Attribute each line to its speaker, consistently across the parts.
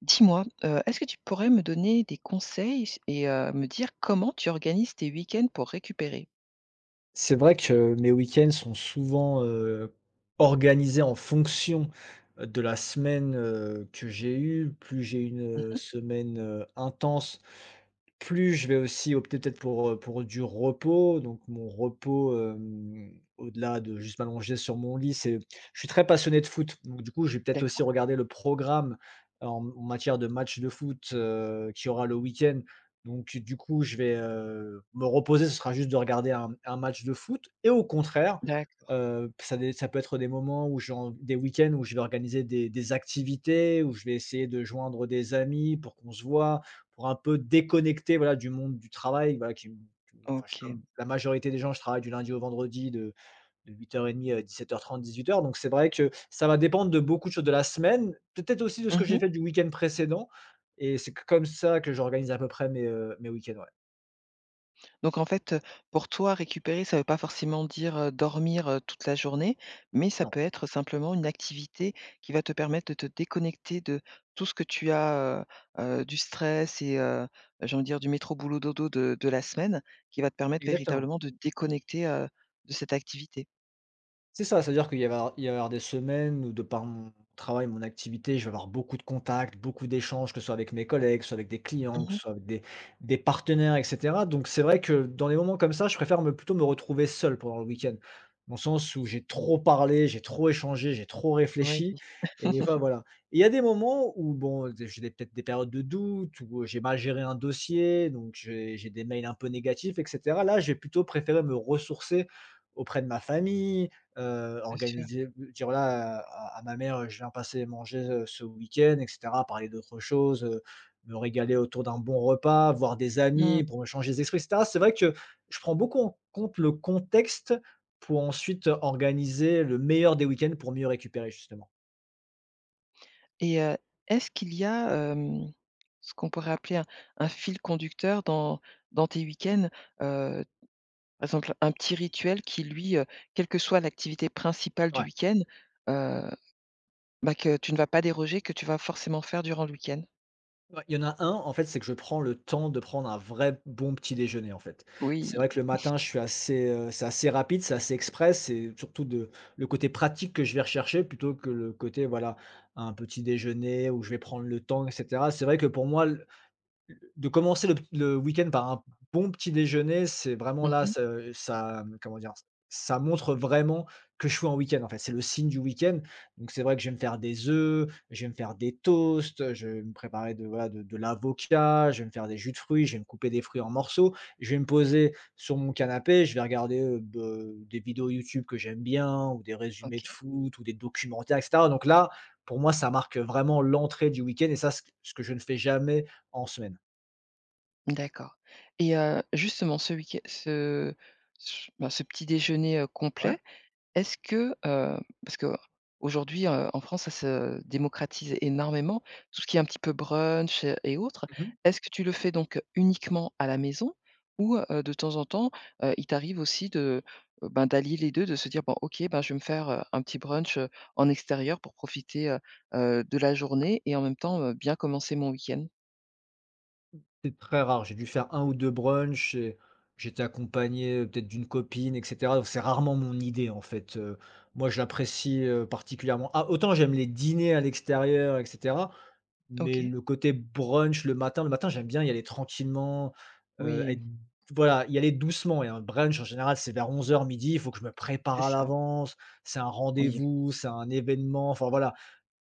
Speaker 1: Dis-moi, est-ce que tu pourrais me donner des conseils s et me dire comment tu organises tes week-ends pour récupérer?
Speaker 2: C'est vrai que mes week-ends sont souvent, organisés en fonction, de la semaine, que j'ai eue. Plus j'ai une,
Speaker 1: Mmh.
Speaker 2: semaine, intense, plus je vais aussi opter peut-être pour du repos. Donc mon repos, au-delà de juste m'allonger sur mon lit, c'est je suis très passionné de foot. Donc du coup, je vais peut-être aussi
Speaker 1: D'accord,
Speaker 2: regarder le programme en matière de match de foot, qui aura le week-end. Donc du coup, je vais, me reposer, ce sera juste de regarder un match de foot et au contraire,
Speaker 1: d'accord,
Speaker 2: ça peut être des moments où j'ai en des week-ends où je vais organiser des activités, où je vais essayer de joindre des amis pour qu'on se voit, pour un peu déconnecter, voilà, du monde du travail, voilà, qui me enfin, je suis comme
Speaker 1: OK.
Speaker 2: la majorité des gens, je travaille du lundi au vendredi de 8h30 à dix-sept dix-huit heures trente 18h. Donc c'est vrai que ça va dépendre de beaucoup de choses de la semaine, peut-être aussi de ce que j'ai
Speaker 1: Mmh.
Speaker 2: fait du week-end précédent et c'est comme ça que j'organise à peu près mes, mes week-ends, ouais.
Speaker 1: Donc en fait, pour toi, récupérer, ça ne veut pas forcément dire, dormir, toute la journée, mais ça
Speaker 2: Non,
Speaker 1: peut être simplement une activité qui va te permettre de te déconnecter de tout ce que tu as, du stress et j'ai envie de dire du métro boulot dodo de la semaine, qui va te permettre
Speaker 2: exactement.
Speaker 1: véritablement de déconnecter, de cette activité.
Speaker 2: C'est ça, c'est-à-dire qu'il y avoir il va y avoir des semaines où de par mon travail, mon activité, je vais avoir beaucoup de contacts, beaucoup d'échanges, que ce soit avec mes collègues, que ce soit avec des clients, que ce
Speaker 1: Mmh.
Speaker 2: soit avec des partenaires et cetera. Donc c'est vrai que dans les moments comme ça, je préfère me plutôt me retrouver seul pendant le week-end. Dans le sens où j'ai trop parlé, j'ai trop échangé, j'ai trop
Speaker 1: Oui,
Speaker 2: réfléchi et des fois voilà. Et il y a des moments où bon, j'ai des peut-être des périodes de doute où j'ai mal géré un dossier, donc j'ai des mails un peu négatifs et cetera. Là, j'ai plutôt préféré me ressourcer auprès de ma famille. Heu,
Speaker 1: bien sûr.
Speaker 2: organiser dire voilà, à ma mère: «Je viens passer manger, ce week-end» et cetera. Parler d'autres choses, me régaler autour d'un bon repas, voir des
Speaker 1: Mmh.
Speaker 2: amis pour me changer les esprits et cetera. C'est vrai que je prends beaucoup en compte le contexte pour ensuite organiser le meilleur des week-ends pour mieux récupérer justement.
Speaker 1: Et est-ce qu'il y a, ce qu'on pourrait appeler un fil conducteur dans tes week-ends? Heu, Par exemple, un petit rituel qui lui, quelle que soit l'activité principale du
Speaker 2: Ouais.
Speaker 1: week-end, heu, bah, que tu ne vas pas déroger, que tu vas forcément faire durant le week-end?
Speaker 2: Ouais, il y en a un, en fait, c'est que je prends le temps de prendre un vrai bon petit déjeuner, en fait. C'est
Speaker 1: Oui.
Speaker 2: vrai que le matin, je suis assez, c'est assez rapide, c'est assez express, c'est surtout de le côté pratique que je vais rechercher plutôt que le côté, voilà, un petit déjeuner où je vais prendre le temps et cetera. C'est vrai que pour moi, de commencer le week-end par un bon petit déjeuner, c'est vraiment là,
Speaker 1: Mmh.
Speaker 2: ce ça, comment dire? Ça montre vraiment que je suis en week-end, en fait. C'est le signe du week-end. Donc c'est vrai que je vais me faire des œufs, je vais me faire des toasts, je vais me préparer de voilà, de l'avocat, je vais me faire des jus de fruits, je vais me couper des fruits en morceaux, je vais me poser sur mon canapé, je vais regarder, be des vidéos YouTube que j'aime bien ou des résumés de
Speaker 1: OK,
Speaker 2: foot ou des documentaires et cetera. Donc là, pour moi, ça marque vraiment l'entrée du week-end et ça, ce que je ne fais jamais en semaine.
Speaker 1: d'accord. Et justement ce week ce ce, bah, ce petit déjeuner,
Speaker 2: Ouais.
Speaker 1: complet, est-ce que, parce qu'aujourd'hui, en France, ça se démocratise énormément, tout ce qui est un petit peu brunch, et autres.
Speaker 2: Mmh.
Speaker 1: Est-ce que tu le fais donc uniquement à la maison ou, de temps en temps, il t'arrive aussi de, ben, d'allier les 2 de se dire: «Bon, OK, ben, je vais me faire, un petit brunch, en extérieur pour profiter, de la journée et en même temps, bien commencer mon week-end»?
Speaker 2: C'est très rare. J'ai dû faire un ou 2 brunchs et j'étais accompagné, peut-être d'une copine et cetera, donc c'est rarement mon idée, en fait. Moi, je l'apprécie, particulièrement. Ah, autant j'aime les dîners à l'extérieur et cetera, mais
Speaker 1: OK.
Speaker 2: le côté brunch le matin, j'aime bien y aller tranquillement,
Speaker 1: Oui,
Speaker 2: être voilà, y aller doucement et un brunch, en général, c'est vers 11h midi. Il faut que je me prépare
Speaker 1: c'est
Speaker 2: à
Speaker 1: ça.
Speaker 2: l'avance. C'est un
Speaker 1: Oui,
Speaker 2: rendez-vous, c'est un événement, enfin, voilà.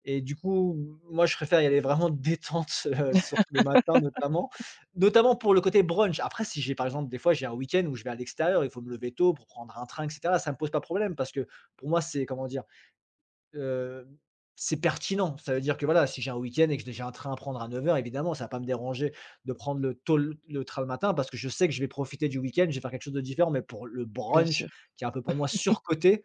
Speaker 2: Et du coup, moi, je préfère y aller vraiment détente, sur le matin notamment. Notamment pour le côté brunch. Après, si j'ai par exemple, des fois, j'ai un week-end où je vais à l'extérieur, il faut me lever tôt pour prendre un train et cetera. Ça ne me pose pas problème parce que pour moi, c'est comment dire? Heu, c'est pertinent. Ça veut dire que voilà, si j'ai un week-end et que j'ai un train à prendre à 9h, évidemment, ça ne va pas me déranger de prendre le tôt le train le matin parce que je sais que je vais profiter du week-end, je vais faire quelque chose de différent. Mais pour le
Speaker 1: bien
Speaker 2: brunch
Speaker 1: sûr.
Speaker 2: qui est un peu pour moi surcoté,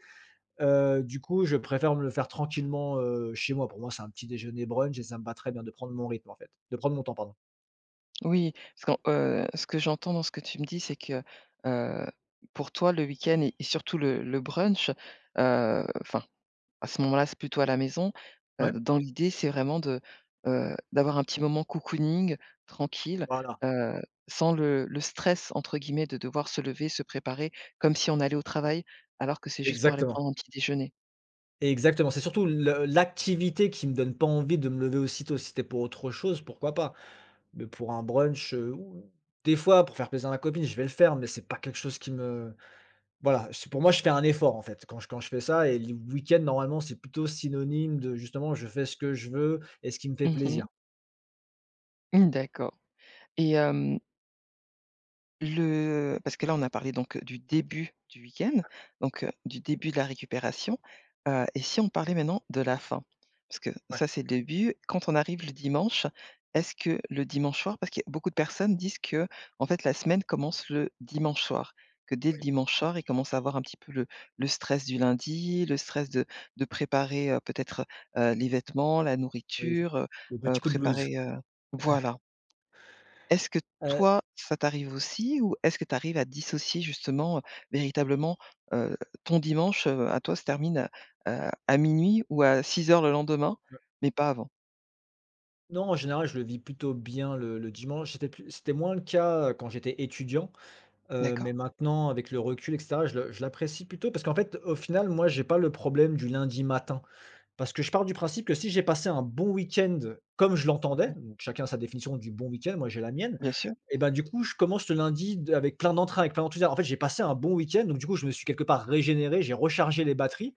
Speaker 2: Du coup, je préfère me le faire tranquillement, chez moi. Pour moi, c'est un petit déjeuner brunch et ça me va très bien de prendre mon rythme, en fait. De prendre mon temps, pardon.
Speaker 1: Oui, parce que ce que j'entends dans ce que tu me dis, c'est que, heu, pour toi, le week-end et surtout le brunch, enfin, à ce moment-là, c'est plutôt à la maison.
Speaker 2: Ouais.
Speaker 1: Dans l'idée, c'est vraiment de, d'avoir un petit moment cocooning tranquille,
Speaker 2: Voilà,
Speaker 1: heu, sans le «stress» entre guillemets de devoir se lever, se préparer comme si on allait au travail, alors que c'est juste pour aller
Speaker 2: exactement,
Speaker 1: prendre un petit déjeuner.
Speaker 2: exactement. C'est surtout le l'activité qui me donne pas envie de me lever aussitôt. Si c'était pour autre chose, pourquoi pas? Mais pour un brunch, ou des fois, pour faire plaisir à ma copine, je vais le faire, mais c'est pas quelque chose qui me voilà, c'est pour moi, je fais un effort, en fait, quand je fais ça et le week end normalement, c'est plutôt synonyme de justement, je fais ce que je veux et ce qui me fait
Speaker 1: Mmh.
Speaker 2: plaisir.
Speaker 1: D'accord, et hem le parce que là, on a parlé donc du début du week-end, donc du début de la récupération, et si on parlait maintenant de la fin? Parce que
Speaker 2: Ouais,
Speaker 1: ça, c'est le début. Quand on arrive le dimanche, est-ce que le dimanche soir, parce que beaucoup de personnes disent que en fait, la semaine commence le dimanche soir, que dès le dimanche soir, ils commencent à avoir un petit peu le stress du lundi, le stress de préparer, peut-être, les vêtements, la
Speaker 2: oui,
Speaker 1: nourriture,
Speaker 2: le petit coup de blues.
Speaker 1: préparer, voilà. Est-ce que toi, ça t'arrive aussi, ou est-ce que tu arrives à dissocier justement, véritablement, heu, ton dimanche, à toi se termine à 00:00 ou à six heures le lendemain, mais pas avant?
Speaker 2: Non, en général, je le vis plutôt bien le dimanche. C'était moins le cas, quand j'étais étudiant,
Speaker 1: D'accord.
Speaker 2: mais maintenant, avec le recul et cetera, je l'apprécie plutôt parce qu'en fait, au final, moi, j'ai pas le problème du lundi matin. Parce que je pars du principe que si j'ai passé un bon week-end comme je l'entendais,
Speaker 1: Mmh.
Speaker 2: donc chacun a sa définition du bon week-end, moi j'ai la mienne,
Speaker 1: Bien sûr.
Speaker 2: et ben du coup, je commence le lundi d avec plein d'entrain, avec plein d'enthousiasme. En fait, j'ai passé un bon week-end, donc du coup, je me suis quelque part régénéré, j'ai rechargé les batteries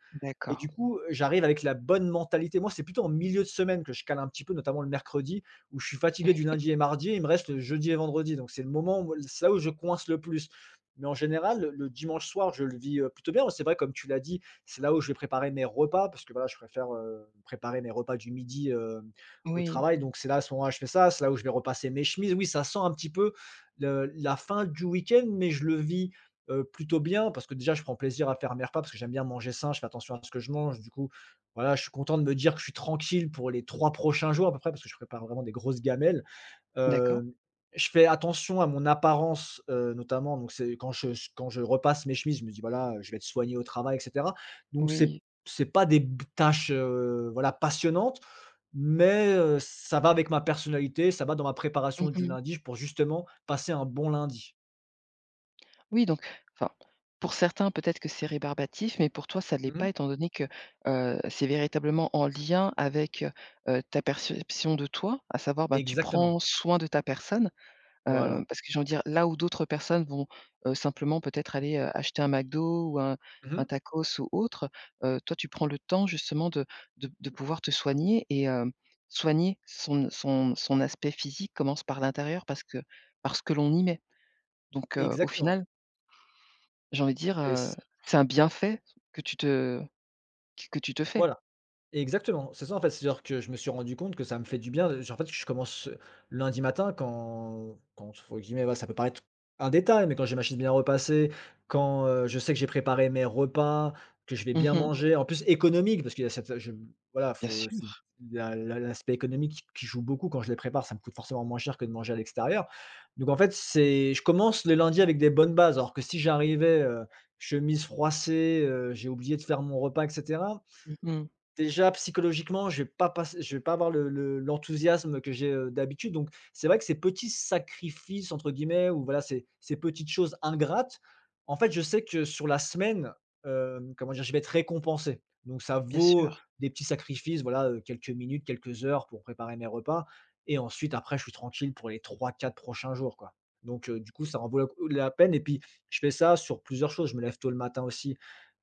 Speaker 2: et du
Speaker 1: D'accord.
Speaker 2: coup, j'arrive avec la bonne mentalité. Moi, c'est plutôt en milieu de semaine que je cale un petit peu, notamment le mercredi où je suis fatigué du lundi et mardi et il me reste le jeudi et vendredi. Donc c'est le moment où c'est là où je coince le plus. Mais en général, le dimanche soir, je le vis, plutôt bien. C'est vrai, comme tu l'as dit, c'est là où je vais préparer mes repas parce que voilà, je préfère, préparer mes repas du midi, au
Speaker 1: Oui.
Speaker 2: travail. Donc c'est là, à ce moment-là, je fais ça. C'est là où je vais repasser mes chemises. Oui, ça sent un petit peu la fin du week-end, mais je le vis plutôt bien parce que déjà, je prends plaisir à faire mes repas parce que j'aime bien manger sain. Je fais attention à ce que je mange. Du coup, voilà, je suis content de me dire que je suis tranquille pour les 3 prochains jours à peu près parce que je prépare vraiment des grosses gamelles.
Speaker 1: D'accord.
Speaker 2: Heu, je fais attention à mon apparence, notamment, donc c'est quand je repasse mes chemises, je me dis: «Voilà, je vais être soigné au travail et cetera». Donc c'est
Speaker 1: Oui.
Speaker 2: c'est pas des b tâches, voilà, passionnantes, mais ça va avec ma personnalité, ça va dans ma préparation du
Speaker 1: Mmh.
Speaker 2: lundi pour justement passer un bon lundi.
Speaker 1: Oui, donc enfin, pour certains peut-être que c'est rébarbatif, mais pour toi ça ne l'est pas
Speaker 2: Mmh.
Speaker 1: étant donné que, c'est véritablement en lien avec, ta perception de toi, à savoir, ben, tu
Speaker 2: Exactement.
Speaker 1: prends soin de ta personne.
Speaker 2: Voilà.
Speaker 1: Parce que j'ai envie de dire, là où d'autres personnes vont, simplement peut-être aller, acheter un McDo ou un
Speaker 2: Mmh.
Speaker 1: tacos ou autre, toi tu prends le temps justement de pouvoir te soigner et soigner son aspect physique commence par l'intérieur parce que l'on y met. Donc au
Speaker 2: Exactement
Speaker 1: final, j'ai envie de dire,
Speaker 2: et c
Speaker 1: c'est un bienfait que tu te fais.
Speaker 2: voilà. Exactement, c'est ça en fait, c'est-à-dire que je me suis rendu compte que ça me fait du bien, genre, en fait, je commence, lundi matin quand entre guillemets, voilà, ça peut paraître un détail, mais quand j'ai ma chaise bien repassée, quand, je sais que j'ai préparé mes repas, que je vais bien
Speaker 1: Mmh.
Speaker 2: manger, en plus économique parce qu'il y a cette je voilà,
Speaker 1: Bien
Speaker 2: faut aussi
Speaker 1: sûr.
Speaker 2: la la l'aspect économique qui joue beaucoup quand je les prépare, ça me coûte forcément moins cher que de manger à l'extérieur. Donc en fait, c'est je commence le lundi avec des bonnes bases alors que si j'arrivais, chemise froissée, j'ai oublié de faire mon repas etc.
Speaker 1: Mmh.
Speaker 2: Déjà, psychologiquement, je vais pas avoir le l'enthousiasme que j'ai, d'habitude, donc c'est vrai que ces «petits sacrifices» entre guillemets ou voilà, ces ces petites choses ingrates, en fait, je sais que sur la semaine, comment dire? Je vais être récompensé. Donc ça
Speaker 1: Bien
Speaker 2: vaut
Speaker 1: sûr.
Speaker 2: des petits sacrifices, voilà, quelques minutes, quelques heures pour préparer mes repas et ensuite après je suis tranquille pour les 3, 4 prochains jours, quoi. Donc du coup, ça en vaut la peine et puis je fais ça sur plusieurs choses. Je me lève tôt le matin aussi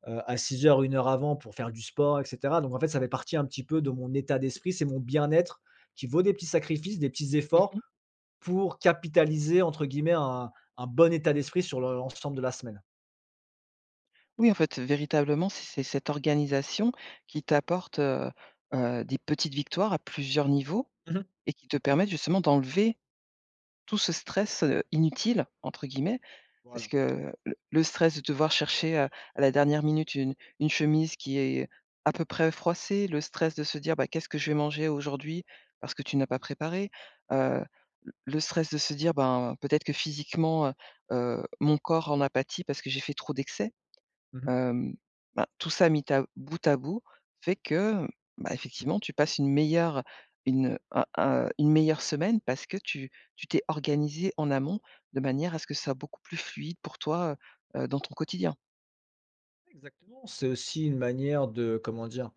Speaker 2: à 6 heures, 1 heure avant pour faire du sport et cetera. Donc en fait, ça fait partie un petit peu de mon état d'esprit, c'est mon bien-être qui vaut des petits sacrifices, des petits efforts
Speaker 1: Mmh.
Speaker 2: pour «capitaliser» entre guillemets un bon état d'esprit sur le l'ensemble de la semaine.
Speaker 1: Oui, en fait, véritablement, c'est cette organisation qui t'apporte, des petites victoires à plusieurs niveaux
Speaker 2: Mmh.
Speaker 1: et qui te permettent justement d'enlever tout ce stress, «inutile» entre guillemets, parce
Speaker 2: Voilà.
Speaker 1: que le stress de devoir chercher, à la dernière minute une chemise qui est à peu près froissée, le stress de se dire: «Bah, qu'est-ce que je vais manger aujourd'hui?» parce que tu n'as pas préparé, heu, le stress de se dire: «Ben, peut-être que physiquement, mon corps en a pâti parce que j'ai fait trop d'excès».
Speaker 2: Mmh.
Speaker 1: Hem, Bah, tout ça mis à bout fait que, bah, effectivement, tu passes une meilleure une un une meilleure semaine parce que tu t'es organisé en amont de manière à ce que ça soit beaucoup plus fluide pour toi, dans ton quotidien.
Speaker 2: Exactement, c'est aussi une manière de comment dire?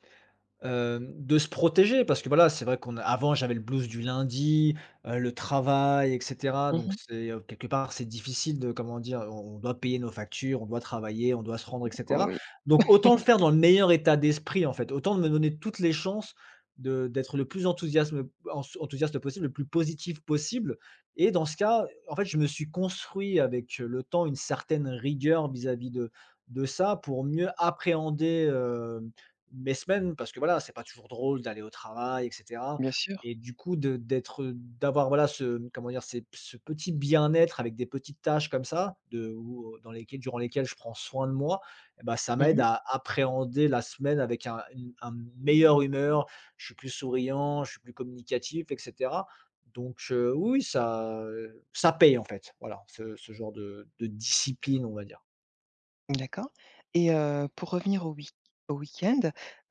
Speaker 2: De se protéger parce que voilà, c'est vrai qu'on a avant j'avais le blues du lundi, le travail et cetera,
Speaker 1: Mmh
Speaker 2: donc
Speaker 1: mh.
Speaker 2: c'est, quelque part c'est difficile de comment dire? On doit payer nos factures, on doit travailler, on doit se rendre et cetera,
Speaker 1: Oui,
Speaker 2: donc autant le faire dans le meilleur état d'esprit en fait, autant me donner toutes les chances de d'être le plus enthousiasme ens enthousiaste possible, le plus positif possible, et dans ce cas, en fait, je me suis construit avec, le temps, une certaine rigueur vis-à-vis de ça pour mieux appréhender, hem mes semaines, parce que voilà, c'est pas toujours drôle d'aller au travail et cetera,
Speaker 1: bien sûr.
Speaker 2: et du coup d'avoir voilà ce comment dire? C'est ce petit bien-être avec des petites tâches comme ça, de ou dans lesquelles durant lesquelles je prends soin de moi, et bah, ça m'aide
Speaker 1: Mmh.
Speaker 2: à appréhender la semaine avec un une un meilleure humeur. Je suis plus souriant, je suis plus communicatif et cetera, donc oui, oui, ça paye en fait. Voilà, ce genre de discipline, on va dire.
Speaker 1: D'accord, et pour revenir au week-end,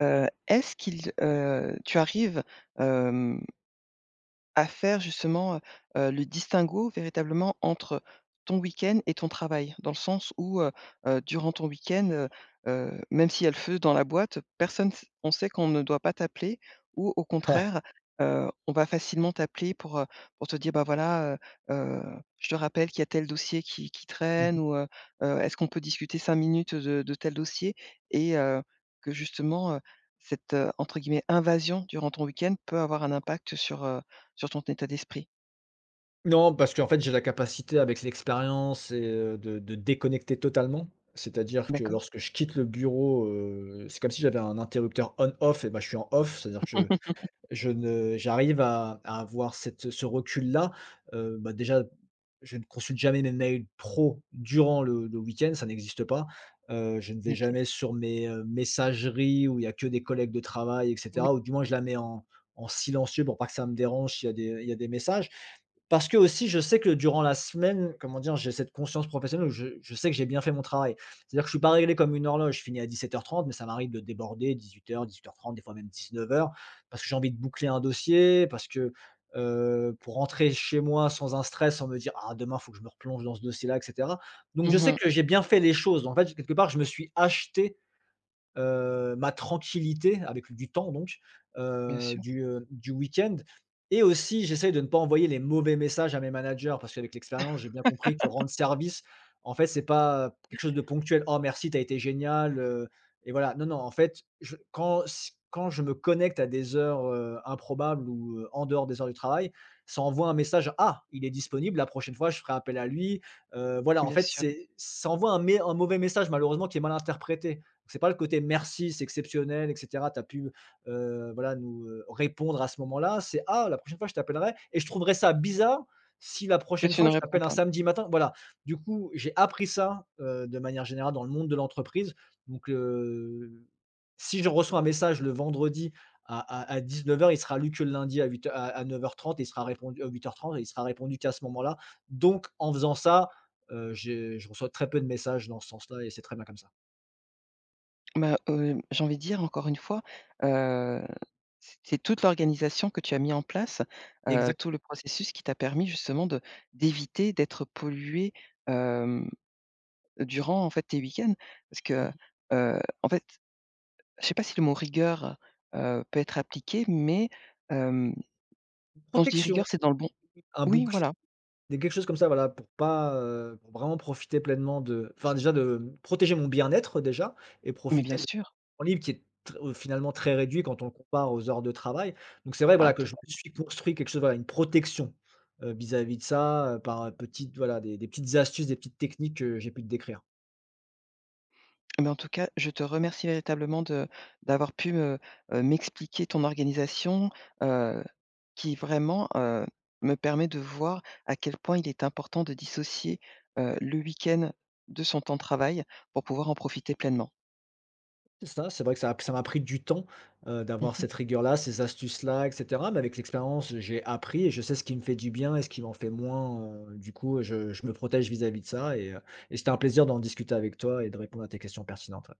Speaker 1: est-ce qu'il, tu arrives à faire justement, le distinguo véritablement entre ton week-end et ton travail. Dans le sens où, durant ton week-end, même s'il y a le feu dans la boîte, personne s on sait qu'on ne doit pas t'appeler, ou au
Speaker 2: Ouais.
Speaker 1: contraire, on va facilement t'appeler pour te dire: «Bah, voilà, heu heu, je te rappelle qu'il y a tel dossier qui traîne», ou, «Est-ce qu'on peut discuter 5 minutes de tel dossier?» et que justement, cette, entre guillemets «invasion» durant ton week-end peut avoir un impact sur, sur ton état d'esprit,
Speaker 2: Non, parce qu'en fait, j'ai la capacité avec l'expérience et de déconnecter totalement. C'est-à-dire que
Speaker 1: d'accord?
Speaker 2: lorsque je quitte le bureau, c'est comme si j'avais un interrupteur on-off et bah, je suis en off, c'est-à-dire que je ne j'arrive à avoir cette ce recul-là. Bah, déjà, je ne consulte jamais mes mails pro durant le week-end, ça n'existe pas. Je ne vais
Speaker 1: OK.
Speaker 2: jamais sur mes, messageries où il y a que des collègues de travail et
Speaker 1: Oui.
Speaker 2: cetera, ou du moins je la mets en silencieux pour pas que ça me dérange s'il y a des messages, parce que aussi, je sais que durant la semaine, comment dire, j'ai cette conscience professionnelle où je sais que j'ai bien fait mon travail. C'est-à-dire que je suis pas réglé comme une horloge. Je finis à 17h30, mais ça m'arrive de déborder 18h, 18h30, des fois même 19h, parce que j'ai envie de boucler un dossier, parce que pour rentrer chez moi sans un stress, sans me dire ah demain faut que je me replonge dans ce dossier-là, etc. Donc je sais
Speaker 1: Mmh.
Speaker 2: que j'ai bien fait les choses. En fait, quelque part, je me suis acheté ma tranquillité avec du temps, donc,
Speaker 1: Bien sûr,
Speaker 2: du week-end, et aussi j'essaye de ne pas envoyer les mauvais messages à mes managers parce qu'avec l'expérience, j'ai bien compris que rendre service, en fait, c'est pas quelque chose de ponctuel: «Oh merci, tu as été génial» et voilà. Non, non, en fait, je quand s quand je me connecte à des heures, improbables ou, en dehors des heures du travail, ça envoie un message: «Ah, il est disponible, la prochaine fois, je ferai appel à lui», voilà, en
Speaker 1: bien
Speaker 2: fait,
Speaker 1: sûr,
Speaker 2: c'est ça envoie un mauvais message, malheureusement, qui est mal interprété. C'est pas le côté merci, c'est exceptionnel, et cetera. Tu as pu, voilà, nous, répondre à ce moment-là. C'est: «Ah, la prochaine fois, je t'appellerai et je trouverais ça bizarre si la
Speaker 1: que
Speaker 2: prochaine
Speaker 1: tu
Speaker 2: fois,
Speaker 1: ne
Speaker 2: je
Speaker 1: réponds
Speaker 2: t'appelle un
Speaker 1: pas.
Speaker 2: samedi matin». Voilà. Du coup, j'ai appris ça, de manière générale dans le monde de l'entreprise. Donc, si je reçois un message le vendredi à 19h00, il sera lu que le lundi à 8 heu, à à 9h30, et il sera répondu à 8h30 et il sera répondu qu'à ce moment-là. Donc, en faisant ça, j'ai je reçois très peu de messages dans ce sens-là et c'est très bien comme ça.
Speaker 1: Bah, j'ai envie de dire encore une fois, heu, c'est toute l'organisation que tu as mis en place,
Speaker 2: Exact.
Speaker 1: tout le processus qui t'a permis justement de d'éviter d'être pollué, hem, durant en fait tes week-ends. Parce que, en fait, je sais pas si le mot rigueur, peut être appliqué, mais, hem, quand je dis
Speaker 2: Protection,
Speaker 1: rigueur, c'est dans le bon,
Speaker 2: un
Speaker 1: oui,
Speaker 2: bouclier,
Speaker 1: voilà,
Speaker 2: quelque chose comme ça, voilà, pour pas, pour vraiment profiter pleinement de enfin, déjà, de protéger mon bien-être, déjà, et
Speaker 1: mais
Speaker 2: profiter
Speaker 1: bien
Speaker 2: de. Mmh.
Speaker 1: sûr.
Speaker 2: Mon temps libre qui est tr finalement très réduit quand on le compare aux heures de travail. Donc c'est vrai,
Speaker 1: Ah,
Speaker 2: voilà, que je me suis construit quelque chose, voilà, une protection, vis-à-vis de ça, voilà, des petites astuces, des petites techniques que j'ai pu te décrire.
Speaker 1: mais en tout cas, je te remercie véritablement de d'avoir pu me, m'expliquer ton organisation, heu, qui vraiment, me permet de voir à quel point il est important de dissocier, le week-end de son temps de travail pour pouvoir en profiter pleinement.
Speaker 2: C'est ça, c'est vrai que ça m'a pris du temps, d'avoir
Speaker 1: Mmh.
Speaker 2: cette rigueur-là, ces astuces-là, et cetera. Mais avec l'expérience, j'ai appris et je sais ce qui me fait du bien et ce qui m'en fait moins, du coup, je me protège vis-à-vis de ça et c'était un plaisir d'en discuter avec toi et de répondre à tes questions pertinentes.